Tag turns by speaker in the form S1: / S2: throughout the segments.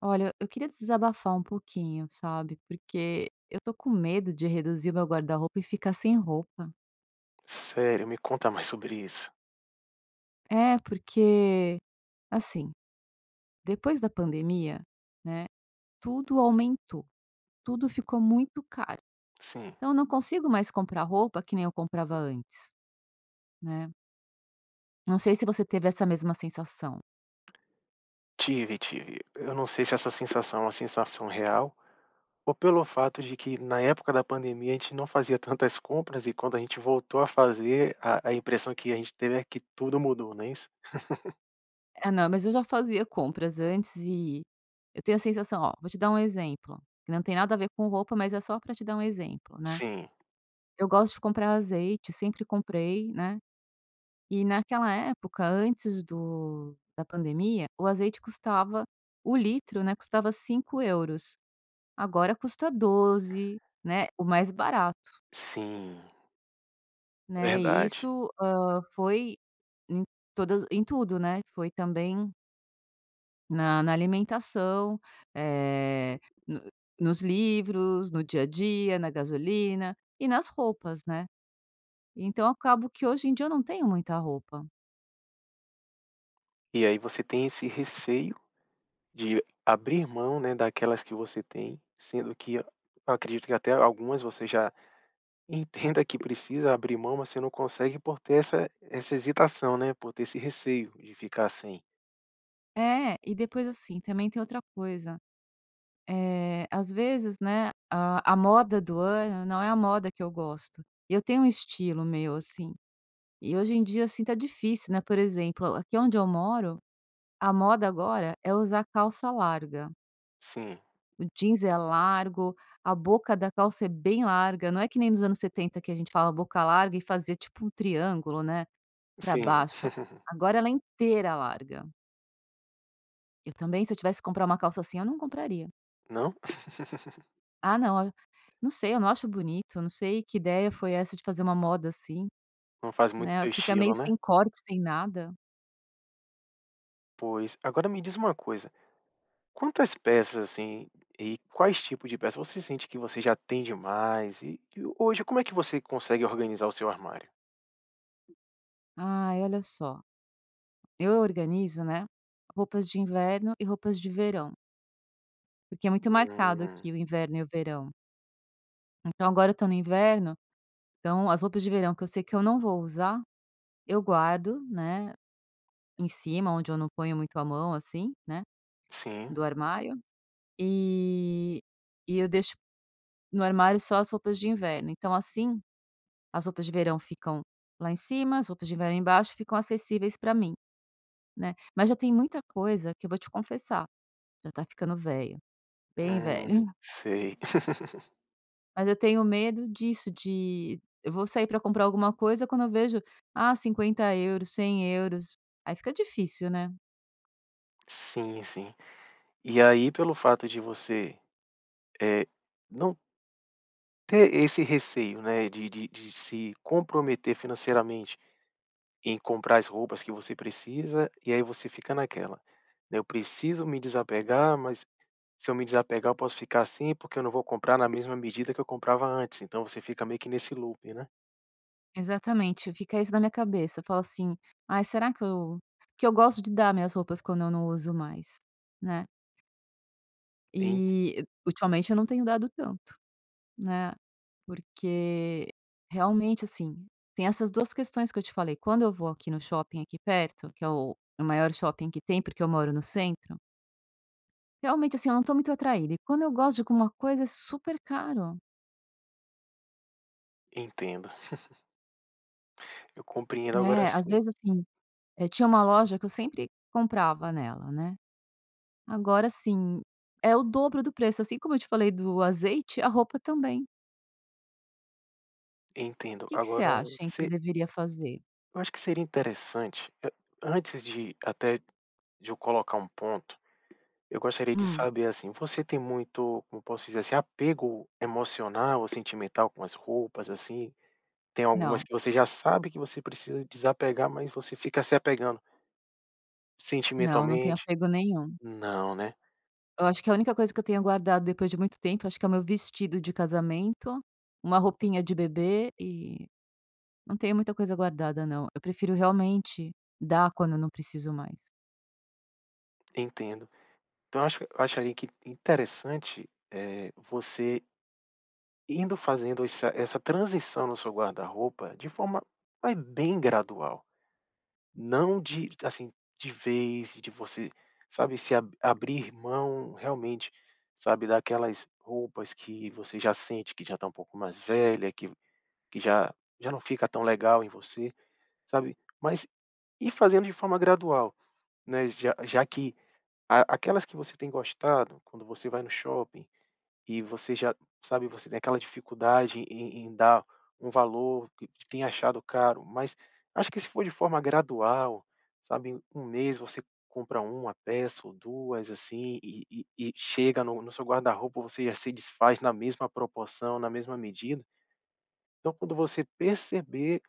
S1: Olha, eu queria desabafar um pouquinho, sabe? Porque eu tô com medo de reduzir o meu guarda-roupa e ficar sem roupa.
S2: Sério, me conta mais sobre isso.
S1: É, porque, assim, depois da pandemia, né, tudo aumentou, tudo ficou muito caro.
S2: Sim,
S1: Então, eu não consigo mais comprar roupa que nem eu comprava antes, né? Não sei se você teve essa mesma sensação.
S2: tive, tive. Eu não sei se essa sensação é uma sensação real ou pelo fato de que na época da pandemia a gente não fazia tantas compras e quando a gente voltou a fazer, a impressão que a gente teve é que tudo mudou, não é isso?
S1: Ah, não, mas eu já fazia compras antes e eu tenho a sensação, ó, vou te dar um exemplo, que não tem nada a ver com roupa, mas é só pra te dar um exemplo, né?
S2: Sim,
S1: Eu gosto de comprar azeite, sempre comprei, né. E naquela época, antes do da pandemia, o azeite custava o litro, né, custava 5 euros. Agora custa 12, né, o mais barato,
S2: sim,
S1: né. E
S2: verdade.
S1: isso, foi em todas em tudo, né. Foi também na alimentação, eh, no nos livros, no dia a dia, na gasolina e nas roupas, né. Então, acabo que hoje em dia eu não tenho muita roupa.
S2: E aí você tem esse receio de abrir mão, né, daquelas que você tem, sendo que eu acredito que até algumas você já entenda que precisa abrir mão, mas você não consegue por ter essa hesitação, né, por ter esse receio de ficar sem.
S1: É, e depois assim, também tem outra coisa, às vezes, né, a moda do ano não é a moda que eu gosto, eu tenho um estilo meu, assim, e hoje em dia, assim, tá difícil, né, por exemplo, aqui onde eu moro, a moda agora é usar calça larga,
S2: Sim,
S1: o jeans é largo, a boca da calça é bem larga, não é que nem nos anos 70 que a gente falava boca larga e fazia tipo um triângulo, né, pra
S2: sim.
S1: baixo, agora ela é inteira larga. Eu também, se eu tivesse que comprar uma calça assim, eu não compraria.
S2: Não?
S1: Ah, não. Não sei, eu não acho bonito, eu não sei que ideia foi essa de fazer uma moda assim,
S2: Não faz muito
S1: né,
S2: seu
S1: fica meio
S2: estilo, né?
S1: sem corte, sem nada.
S2: Pois. Agora me diz uma coisa, quantas peças, assim, e quais tipos de peças você sente que você já tem demais? E hoje como é que você consegue organizar o seu armário?
S1: Ai, olha só, eu organizo, né, roupas de inverno e roupas de verão, porque é muito marcado
S2: Hum,
S1: aqui o inverno e o verão. Então agora eu tô no inverno, então as roupas de verão que eu sei que eu não vou usar, eu guardo, né, em cima, onde eu não ponho muito a mão, assim, né,
S2: sim.
S1: do armário, e eu deixo no armário só as roupas de inverno, então assim as roupas de verão ficam lá em cima, as roupas de inverno embaixo, ficam acessíveis para mim, né. Mas já tem muita coisa que eu vou te confessar, já tá ficando velho, bem velho.
S2: Sei.
S1: Mas eu tenho medo disso, de eu vou sair para comprar alguma coisa, quando eu vejo, ah, 50 euros, 100 euros, aí fica difícil, né.
S2: Sim, sim. E aí pelo fato de você, eh, não ter esse receio, né, de se comprometer financeiramente em comprar as roupas que você precisa, e aí você fica naquela, né: "Eu preciso me desapegar, mas se eu me desapegar eu posso ficar assim, porque eu não vou comprar na mesma medida que eu comprava antes", então você fica meio que nesse loop, né.
S1: Exatamente, fica isso na minha cabeça, eu falo assim: "Ai, será que eu" porque eu gosto de dar minhas roupas quando eu não uso mais, né.
S2: En
S1: E ultimamente eu não tenho dado tanto. Né, porque realmente, assim, tem essas 2 questões que eu te falei, quando eu vou aqui no shopping aqui perto, que é o maior shopping que tem, porque eu moro no centro, realmente, assim, eu não tô muito atraída, e quando eu gosto de alguma coisa é super caro,
S2: Entendo, eu compreendo agora
S1: né, às
S2: sim,
S1: vezes, assim, tinha uma loja que eu sempre comprava nela, né, agora, assim, é o dobro do preço, assim como eu te falei do azeite, a roupa também. O
S2: entendo.
S1: que que você
S2: Agora
S1: acha, hein, que eu
S2: se
S1: deveria fazer?
S2: eu acho que seria interessante, antes de até de eu colocar um ponto, eu gostaria de
S1: Hum,
S2: saber, assim, você tem muito, como posso dizer assim, apego emocional ou sentimental com as roupas, assim? Tem algumas
S1: não,
S2: que você já sabe que você precisa desapegar, mas você fica se apegando
S1: não tenho
S2: sentimentalmente?
S1: apego nenhum.
S2: Não, né?
S1: Eu acho que a única coisa que eu tenho guardado depois de muito tempo, acho que é o meu vestido de casamento, uma roupinha de bebê e não tenho muita coisa guardada não. Eu prefiro realmente dar quando eu não preciso mais.
S2: Entendo. Então, eu acharia que interessante, você indo fazendo essa transição no seu guarda-roupa de forma mas bem gradual. Não de assim, de vez, de você, sabe, se ab abrir mão realmente, sabe, daquelas roupas que você já sente que já está um pouco mais velha, que que já não fica tão legal em você, sabe. Mas ir fazendo de forma gradual, né, já que a aquelas que você tem gostado, quando você vai no shopping, e você já sabe, você tem aquela dificuldade em dar um valor que tem achado caro, mas acho que se for de forma gradual, sabe, em um mês você compra uma peça ou 2 assim, e chega no seu guarda-roupa, você já se desfaz na mesma proporção, na mesma medida. Então quando você perceber,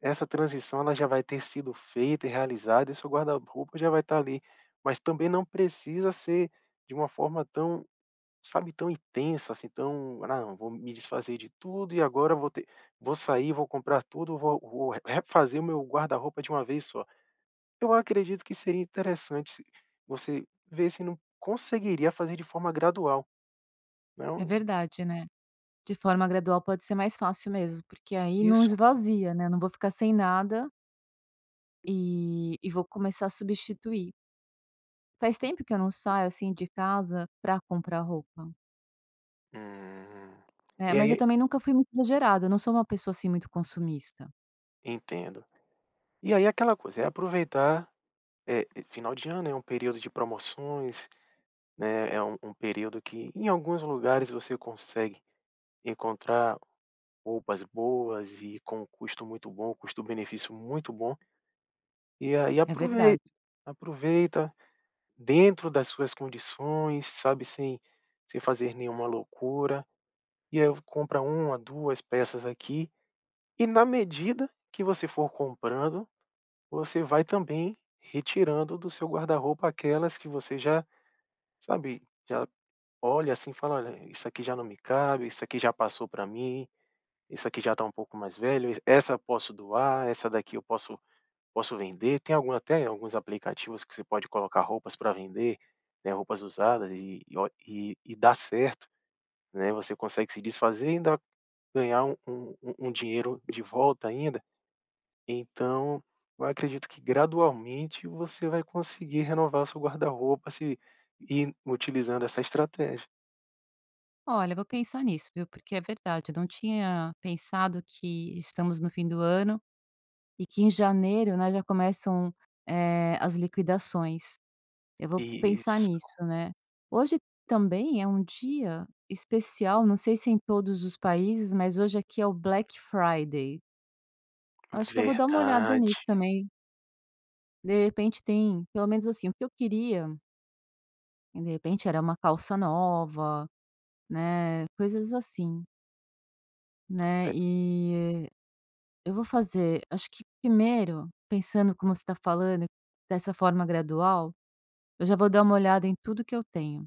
S2: essa transição ela já vai ter sido feita e realizada e seu guarda-roupa já vai estar ali. Mas também não precisa ser de uma forma tão, sabe, tão intensa, assim, tão: "Ah, não, vou me desfazer de tudo e agora vou ter vou sair, vou comprar tudo, vou refazer o meu guarda-roupa de uma vez só". Eu acredito que seria interessante se você ver se não conseguiria fazer de forma gradual,
S1: É
S2: não.
S1: verdade, né. De forma gradual pode ser mais fácil mesmo, porque aí não
S2: Isso.
S1: esvazia, né, não vou ficar sem nada, e vou começar a substituir. Faz tempo que eu não saio, assim, de casa para comprar roupa,
S2: Hum.
S1: né,
S2: E
S1: mas eu
S2: aí
S1: também nunca fui muito exagerada, eu não sou uma pessoa, assim, muito consumista.
S2: entendo. E aí é aquela coisa, é aproveitar, final de ano é um período de promoções, né, é um período que em alguns lugares você consegue encontrar roupas boas e com um custo muito bom, um custo-benefício muito bom, e aí
S1: É verdade.
S2: aproveita, aproveita dentro das suas condições, sabe, sem sem fazer nenhuma loucura, e aí compra uma 2 peças aqui, e na medida que você for comprando, você vai também retirando do seu guarda-roupa aquelas que você já, sabe, já olha assim e fala: "Olha, isso aqui já não me cabe, isso aqui já passou para mim, isso aqui já está um pouco mais velho, essa eu posso doar, essa daqui eu posso posso vender". Tem algum até alguns aplicativos que você pode colocar roupas para vender, né, roupas usadas e o e e dá certo, né, você consegue se desfazer e ainda ganhar um dinheiro de volta ainda. Então, eu acredito que gradualmente você vai conseguir renovar o seu guarda-roupa se ir utilizando essa estratégia.
S1: Olha, vou pensar nisso, viu, porque é verdade, eu não tinha pensado que estamos no fim do ano e que em janeiro, né, já começam, as liquidações. Eu vou pensar
S2: Isso,
S1: nisso, né. Hoje também é um dia especial, não sei se em todos os países, mas hoje aqui é o Black Friday. Acho que eu vou dar uma olhada
S2: verdade.
S1: nisso também. De repente tem pelo menos, assim, o que eu queria, de repente, era uma calça nova, né, coisas assim, né,
S2: É,
S1: e eu vou fazer acho que primeiro, pensando como você está falando, dessa forma gradual, eu já vou dar uma olhada em tudo que eu tenho.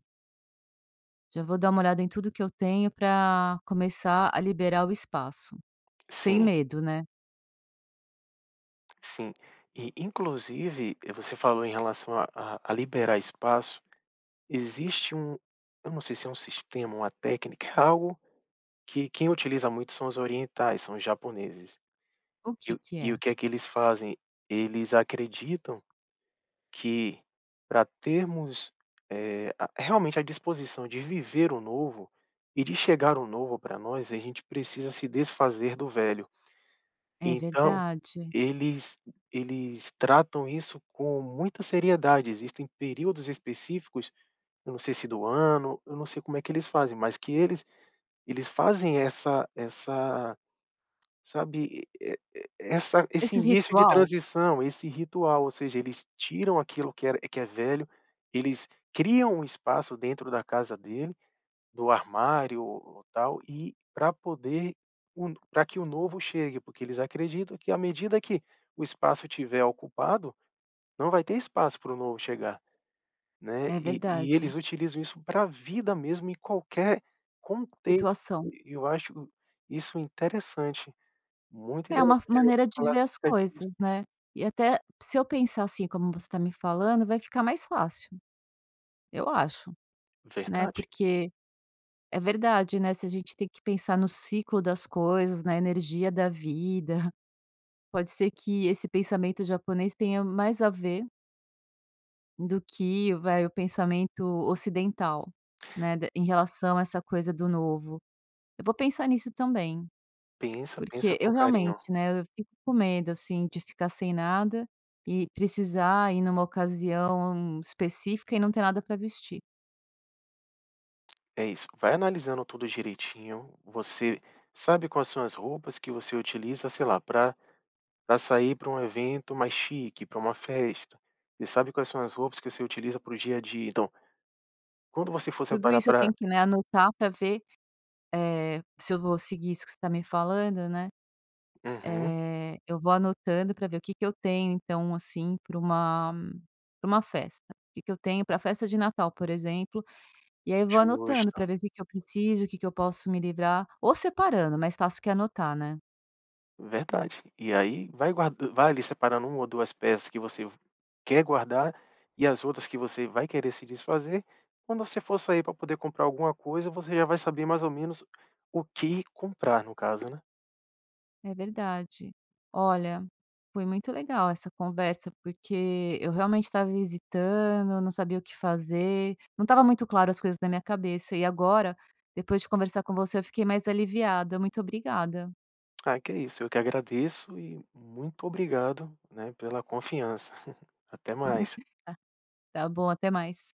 S1: Já vou dar uma olhada em tudo que eu tenho para começar a liberar o espaço, sem
S2: sim.
S1: medo, né.
S2: Sim. E, inclusive, você falou em relação a a liberar espaço. Existe um, eu não sei se é um sistema, uma técnica, é algo que quem utiliza muito são os orientais, são os japoneses.
S1: O
S2: E
S1: que
S2: o
S1: que
S2: e o
S1: é?
S2: que é que eles fazem? Eles acreditam que para termos, a realmente a disposição de viver o novo e de chegar o novo para nós, a gente precisa se desfazer do velho.
S1: É
S2: Então,
S1: verdade.
S2: eles eles tratam isso com muita seriedade, existem períodos específicos, eu não sei se do ano, eu não sei como é que eles fazem, mas que eles fazem essa, sabe, e essa esse
S1: Esse
S2: início de
S1: ritual
S2: transição, esse ritual, ou seja, eles tiram aquilo que era que é velho, eles criam um espaço dentro da casa dele, do armário ou tal, e para poder para que o novo chegue, porque eles acreditam que à medida que o espaço tiver ocupado, não vai ter espaço para o novo chegar, né.
S1: é
S2: E eles
S1: verdade.
S2: utilizam isso pra vida mesmo em qualquer contexto,
S1: Situação.
S2: eu acho isso interessante, muito
S1: É
S2: interessante
S1: uma
S2: eu
S1: maneira de
S2: falar
S1: ver as
S2: acerca disso.
S1: coisas, né. E até se eu pensar assim como você está me falando, vai ficar mais fácil, eu acho, né,
S2: Verdade.
S1: porque é verdade, né, se a gente tem que pensar no ciclo das coisas, na energia da vida, pode ser que esse pensamento japonês tenha mais a ver do que, vai, o pensamento ocidental, né, da em relação a essa coisa do novo. Eu vou pensar nisso também,
S2: Pensa, pensa
S1: porque
S2: com
S1: eu
S2: carinho.
S1: realmente, né, eu fico com medo, assim, de ficar sem nada e precisar ir numa ocasião específica e não ter nada para vestir.
S2: É isso, vai analisando tudo direitinho, você sabe quais são as roupas que você utiliza, sei lá, para para sair para um evento mais chique, para uma festa. Você sabe quais são as roupas que você utiliza para o dia a dia. Então, quando você for
S1: Tudo
S2: separar
S1: isso eu
S2: para,
S1: tenho que, né, anotar para ver, se eu vou seguir isso que você tá me falando, né.
S2: uhum,
S1: Eu vou anotando para ver o que que eu tenho então, assim, para uma festa. O que que eu tenho pra festa de Natal, por exemplo, e aí eu vou anotando para
S2: justo,
S1: ver o que que eu preciso, o que que eu posso me livrar, ou separando, mais fácil que anotar, né.
S2: verdade. E aí vai guarda vai ali separando uma ou 2 peças que você quer guardar e as outras que você vai querer se desfazer. Quando você for sair para poder comprar alguma coisa, você já vai saber mais ou menos o que comprar, no caso, né.
S1: É verdade. Olha, foi muito legal essa conversa, porque eu realmente estava visitando não sabia o que fazer, não estava muito claro as coisas na minha cabeça e agora, depois de conversar com você, eu fiquei mais aliviada. Muito obrigada.
S2: Ah, que é isso, eu que agradeço e muito obrigado, né, pela confiança. Até mais.
S1: Tá bom, até mais.